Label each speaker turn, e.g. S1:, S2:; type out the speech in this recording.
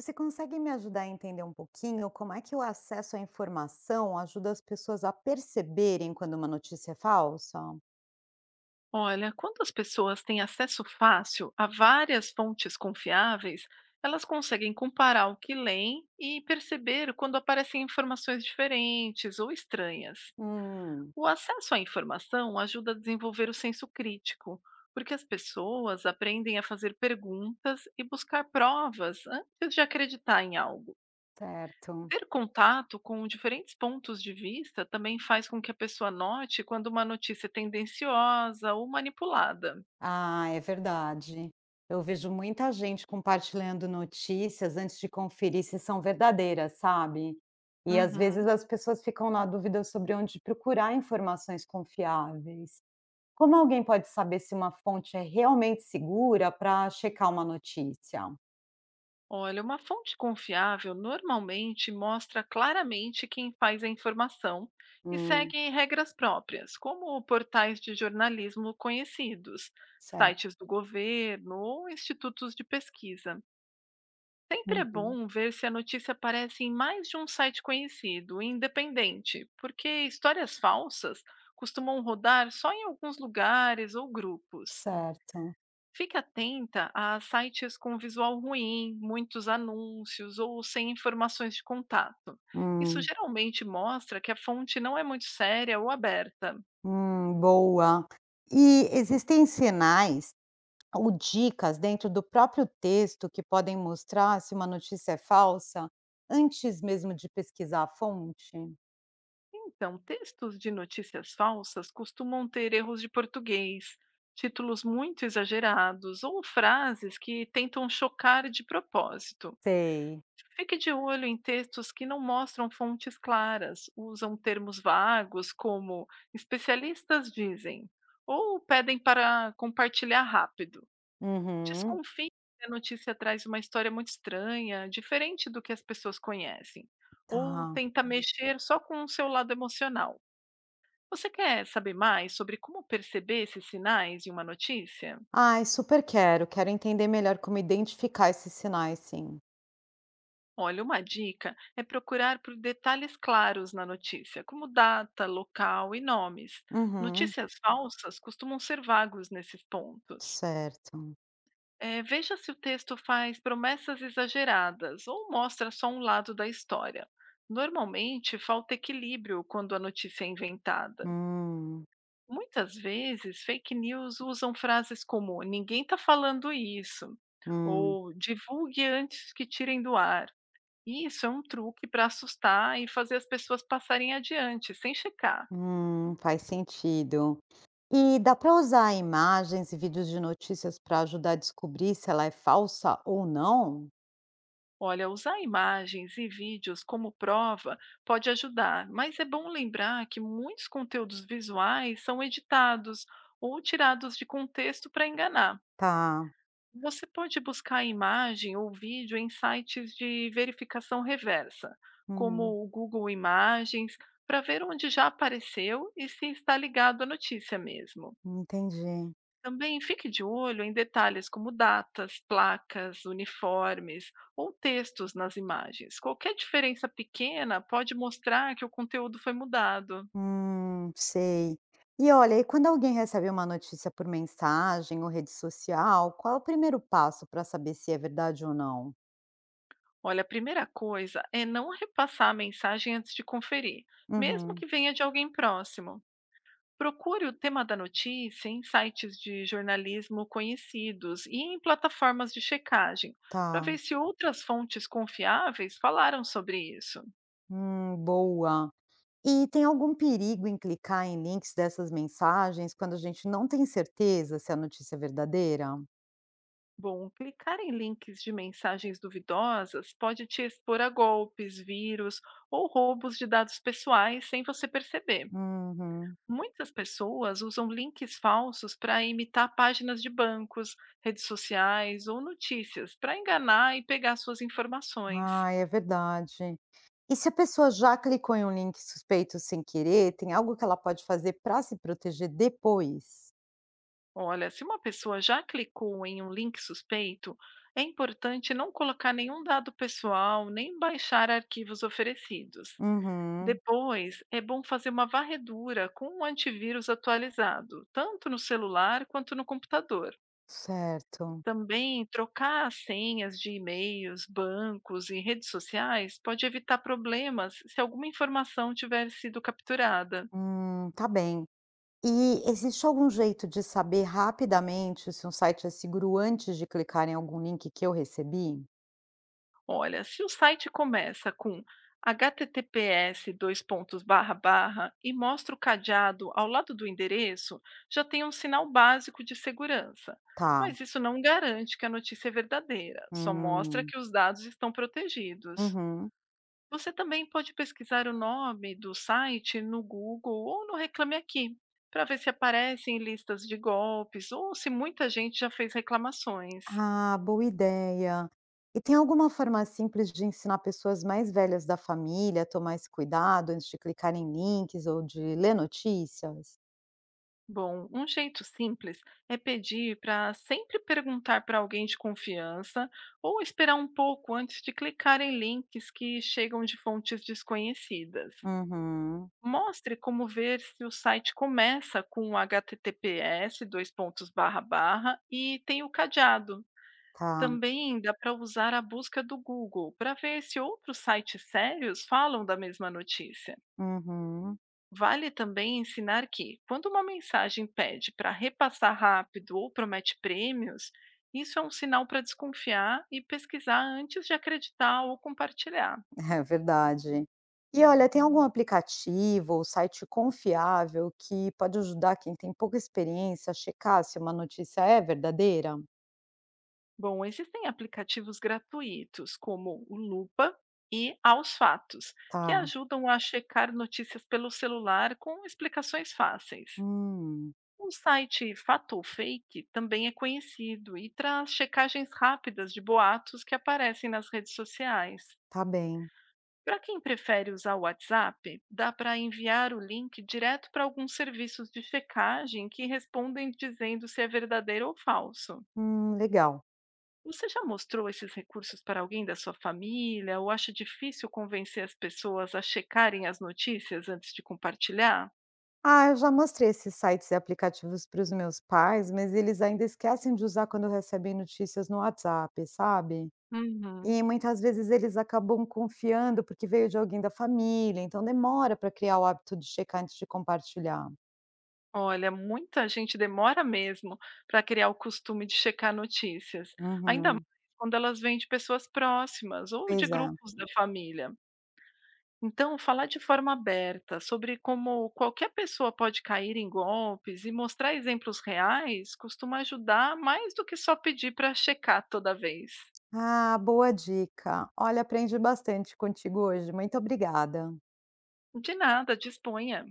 S1: Você consegue me ajudar a entender um pouquinho como é que o acesso à informação ajuda as pessoas a perceberem quando uma notícia é falsa?
S2: Olha, quando as pessoas têm acesso fácil a várias fontes confiáveis, elas conseguem comparar o que leem e perceber quando aparecem informações diferentes ou estranhas.
S1: Hum,
S2: O acesso à informação ajuda a desenvolver o senso crítico, porque as pessoas aprendem a fazer perguntas e buscar provas antes de acreditar em algo.
S1: certo.
S2: Ter contato com diferentes pontos de vista também faz com que a pessoa note quando uma notícia é tendenciosa ou manipulada.
S1: Ah, é verdade. Eu vejo muita gente compartilhando notícias antes de conferir se são verdadeiras, sabe? E às
S2: Uhum.
S1: vezes as pessoas ficam na dúvida sobre onde procurar informações confiáveis. Como alguém pode saber se uma fonte é realmente segura para checar uma notícia?
S2: Olha, uma fonte confiável normalmente mostra claramente quem faz a informação e
S1: Hum,
S2: segue regras próprias, como portais de jornalismo conhecidos,
S1: certo.
S2: sites do governo ou institutos de pesquisa. Sempre é
S1: Uhum,
S2: bom ver se a notícia aparece em mais de um site conhecido, independente, porque histórias falsas costumam rodar só em alguns lugares ou grupos.
S1: certo.
S2: Fique atenta a sites com visual ruim, muitos anúncios ou sem informações de contato. Isso
S1: Hum,
S2: geralmente mostra que a fonte não é muito séria ou aberta.
S1: hum, boa. E existem sinais ou dicas dentro do próprio texto que podem mostrar se uma notícia é falsa antes mesmo de pesquisar a fonte?
S2: Então, textos de notícias falsas costumam ter erros de português, títulos muito exagerados ou frases que tentam chocar de propósito.
S1: Sei.
S2: Fique de olho em textos que não mostram fontes claras, usam termos vagos como especialistas dizem, ou pedem para compartilhar rápido.
S1: Uhum,
S2: Desconfie se a notícia traz uma história muito estranha, diferente do que as pessoas conhecem, ou
S1: tá.
S2: tenta mexer só com o seu lado emocional. Você quer saber mais sobre como perceber esses sinais em uma notícia?
S1: Ai, super quero. Quero entender melhor como identificar esses sinais, sim.
S2: Olha, uma dica é procurar por detalhes claros na notícia, como data, local e nomes.
S1: Uhum,
S2: Notícias falsas costumam ser vagos nesses pontos.
S1: certo.
S2: Veja se o texto faz promessas exageradas ou mostra só um lado da história. Normalmente, falta equilíbrio quando a notícia é inventada.
S1: Hum,
S2: Muitas vezes, fake news usam frases como ninguém está falando isso,
S1: hum,
S2: ou divulgue antes que tirem do ar. Isso é um truque para assustar e fazer as pessoas passarem adiante, sem checar.
S1: hum, faz sentido. E dá para usar imagens e vídeos de notícias para ajudar a descobrir se ela é falsa ou não?
S2: Olha, usar imagens e vídeos como prova pode ajudar, mas é bom lembrar que muitos conteúdos visuais são editados ou tirados de contexto para enganar.
S1: Tá.
S2: Você pode buscar imagem ou vídeo em sites de verificação reversa,
S1: Hum,
S2: como o Google Imagens, para ver onde já apareceu e se está ligado à notícia mesmo.
S1: entendi.
S2: Também fique de olho em detalhes como datas, placas, uniformes ou textos nas imagens. Qualquer diferença pequena pode mostrar que o conteúdo foi mudado.
S1: Sei. E olha, e quando alguém recebe uma notícia por mensagem ou rede social, qual é o primeiro passo para saber se é verdade ou não?
S2: Olha, a primeira coisa é não repassar a mensagem antes de conferir, mesmo
S1: Uhum,
S2: que venha de alguém próximo. Procure o tema da notícia em sites de jornalismo conhecidos e em plataformas de checagem, para ver
S1: tá.
S2: se outras fontes confiáveis falaram sobre isso.
S1: Boa. E tem algum perigo em clicar em links dessas mensagens quando a gente não tem certeza se a notícia é verdadeira?
S2: Bom, clicar em links de mensagens duvidosas pode te expor a golpes, vírus ou roubos de dados pessoais sem você perceber.
S1: Uhum.
S2: Muitas pessoas usam links falsos para imitar páginas de bancos, redes sociais ou notícias para enganar e pegar suas informações.
S1: Ah, é verdade. E se a pessoa já clicou em um link suspeito sem querer, tem algo que ela pode fazer para se proteger depois?
S2: Olha, se uma pessoa já clicou em um link suspeito, é importante não colocar nenhum dado pessoal nem baixar arquivos oferecidos.
S1: Uhum,
S2: Depois, é bom fazer uma varredura com um antivírus atualizado, tanto no celular quanto no computador.
S1: certo.
S2: Também trocar as senhas de e-mails, bancos e redes sociais pode evitar problemas se alguma informação tiver sido capturada.
S1: Tá bem. E existe algum jeito de saber rapidamente se um site é seguro antes de clicar em algum link que eu recebi?
S2: Olha, se o site começa com https:// e mostra o cadeado ao lado do endereço, já tem um sinal básico de segurança.
S1: Tá.
S2: Mas isso não garante que a notícia é verdadeira, só mostra
S1: Hum,
S2: que os dados estão protegidos.
S1: uhum.
S2: Você também pode pesquisar o nome do site no Google ou no Reclame Aqui, para ver se aparecem listas de golpes ou se muita gente já fez reclamações.
S1: Ah, boa ideia. E tem alguma forma simples de ensinar pessoas mais velhas da família a tomar esse cuidado antes de clicar em links ou de ler notícias?
S2: Bom, um jeito simples é pedir para sempre perguntar para alguém de confiança ou esperar um pouco antes de clicar em links que chegam de fontes desconhecidas.
S1: Uhum,
S2: Mostre como ver se o site começa com https:// e tem o cadeado.
S1: tá.
S2: Também dá para usar a busca do Google para ver se outros sites sérios falam da mesma notícia.
S1: Uhum,
S2: Vale também ensinar que, quando uma mensagem pede para repassar rápido ou promete prêmios, isso é um sinal para desconfiar e pesquisar antes de acreditar ou compartilhar.
S1: é verdade. E olha, tem algum aplicativo ou site confiável que pode ajudar quem tem pouca experiência a checar se uma notícia é verdadeira?
S2: Bom, existem aplicativos gratuitos como o Lupa e Aos Fatos, que
S1: Tá.
S2: ajudam a checar notícias pelo celular com explicações fáceis.
S1: Hum,
S2: O site Fato ou Fake também é conhecido e traz checagens rápidas de boatos que aparecem nas redes sociais.
S1: tá bem.
S2: Para quem prefere usar o WhatsApp, dá para enviar o link direto para alguns serviços de checagem que respondem dizendo se é verdadeiro ou falso.
S1: Legal.
S2: Você já mostrou esses recursos para alguém da sua família ou acha difícil convencer as pessoas a checarem as notícias antes de compartilhar?
S1: Ah, eu já mostrei esses sites e aplicativos para os meus pais, mas eles ainda esquecem de usar quando recebem notícias no WhatsApp, sabe?
S2: Uhum.
S1: E muitas vezes eles acabam confiando porque veio de alguém da família, então demora para criar o hábito de checar antes de compartilhar.
S2: Olha, muita gente demora mesmo para criar o costume de checar notícias, ainda mais
S1: Uhum,
S2: quando elas vêm de pessoas próximas ou de
S1: pois é.
S2: grupos da família. Então, falar de forma aberta sobre como qualquer pessoa pode cair em golpes e mostrar exemplos reais costuma ajudar mais do que só pedir para checar toda vez.
S1: Ah, boa dica. Olha, aprendi bastante contigo hoje. Muito obrigada.
S2: De nada, disponha.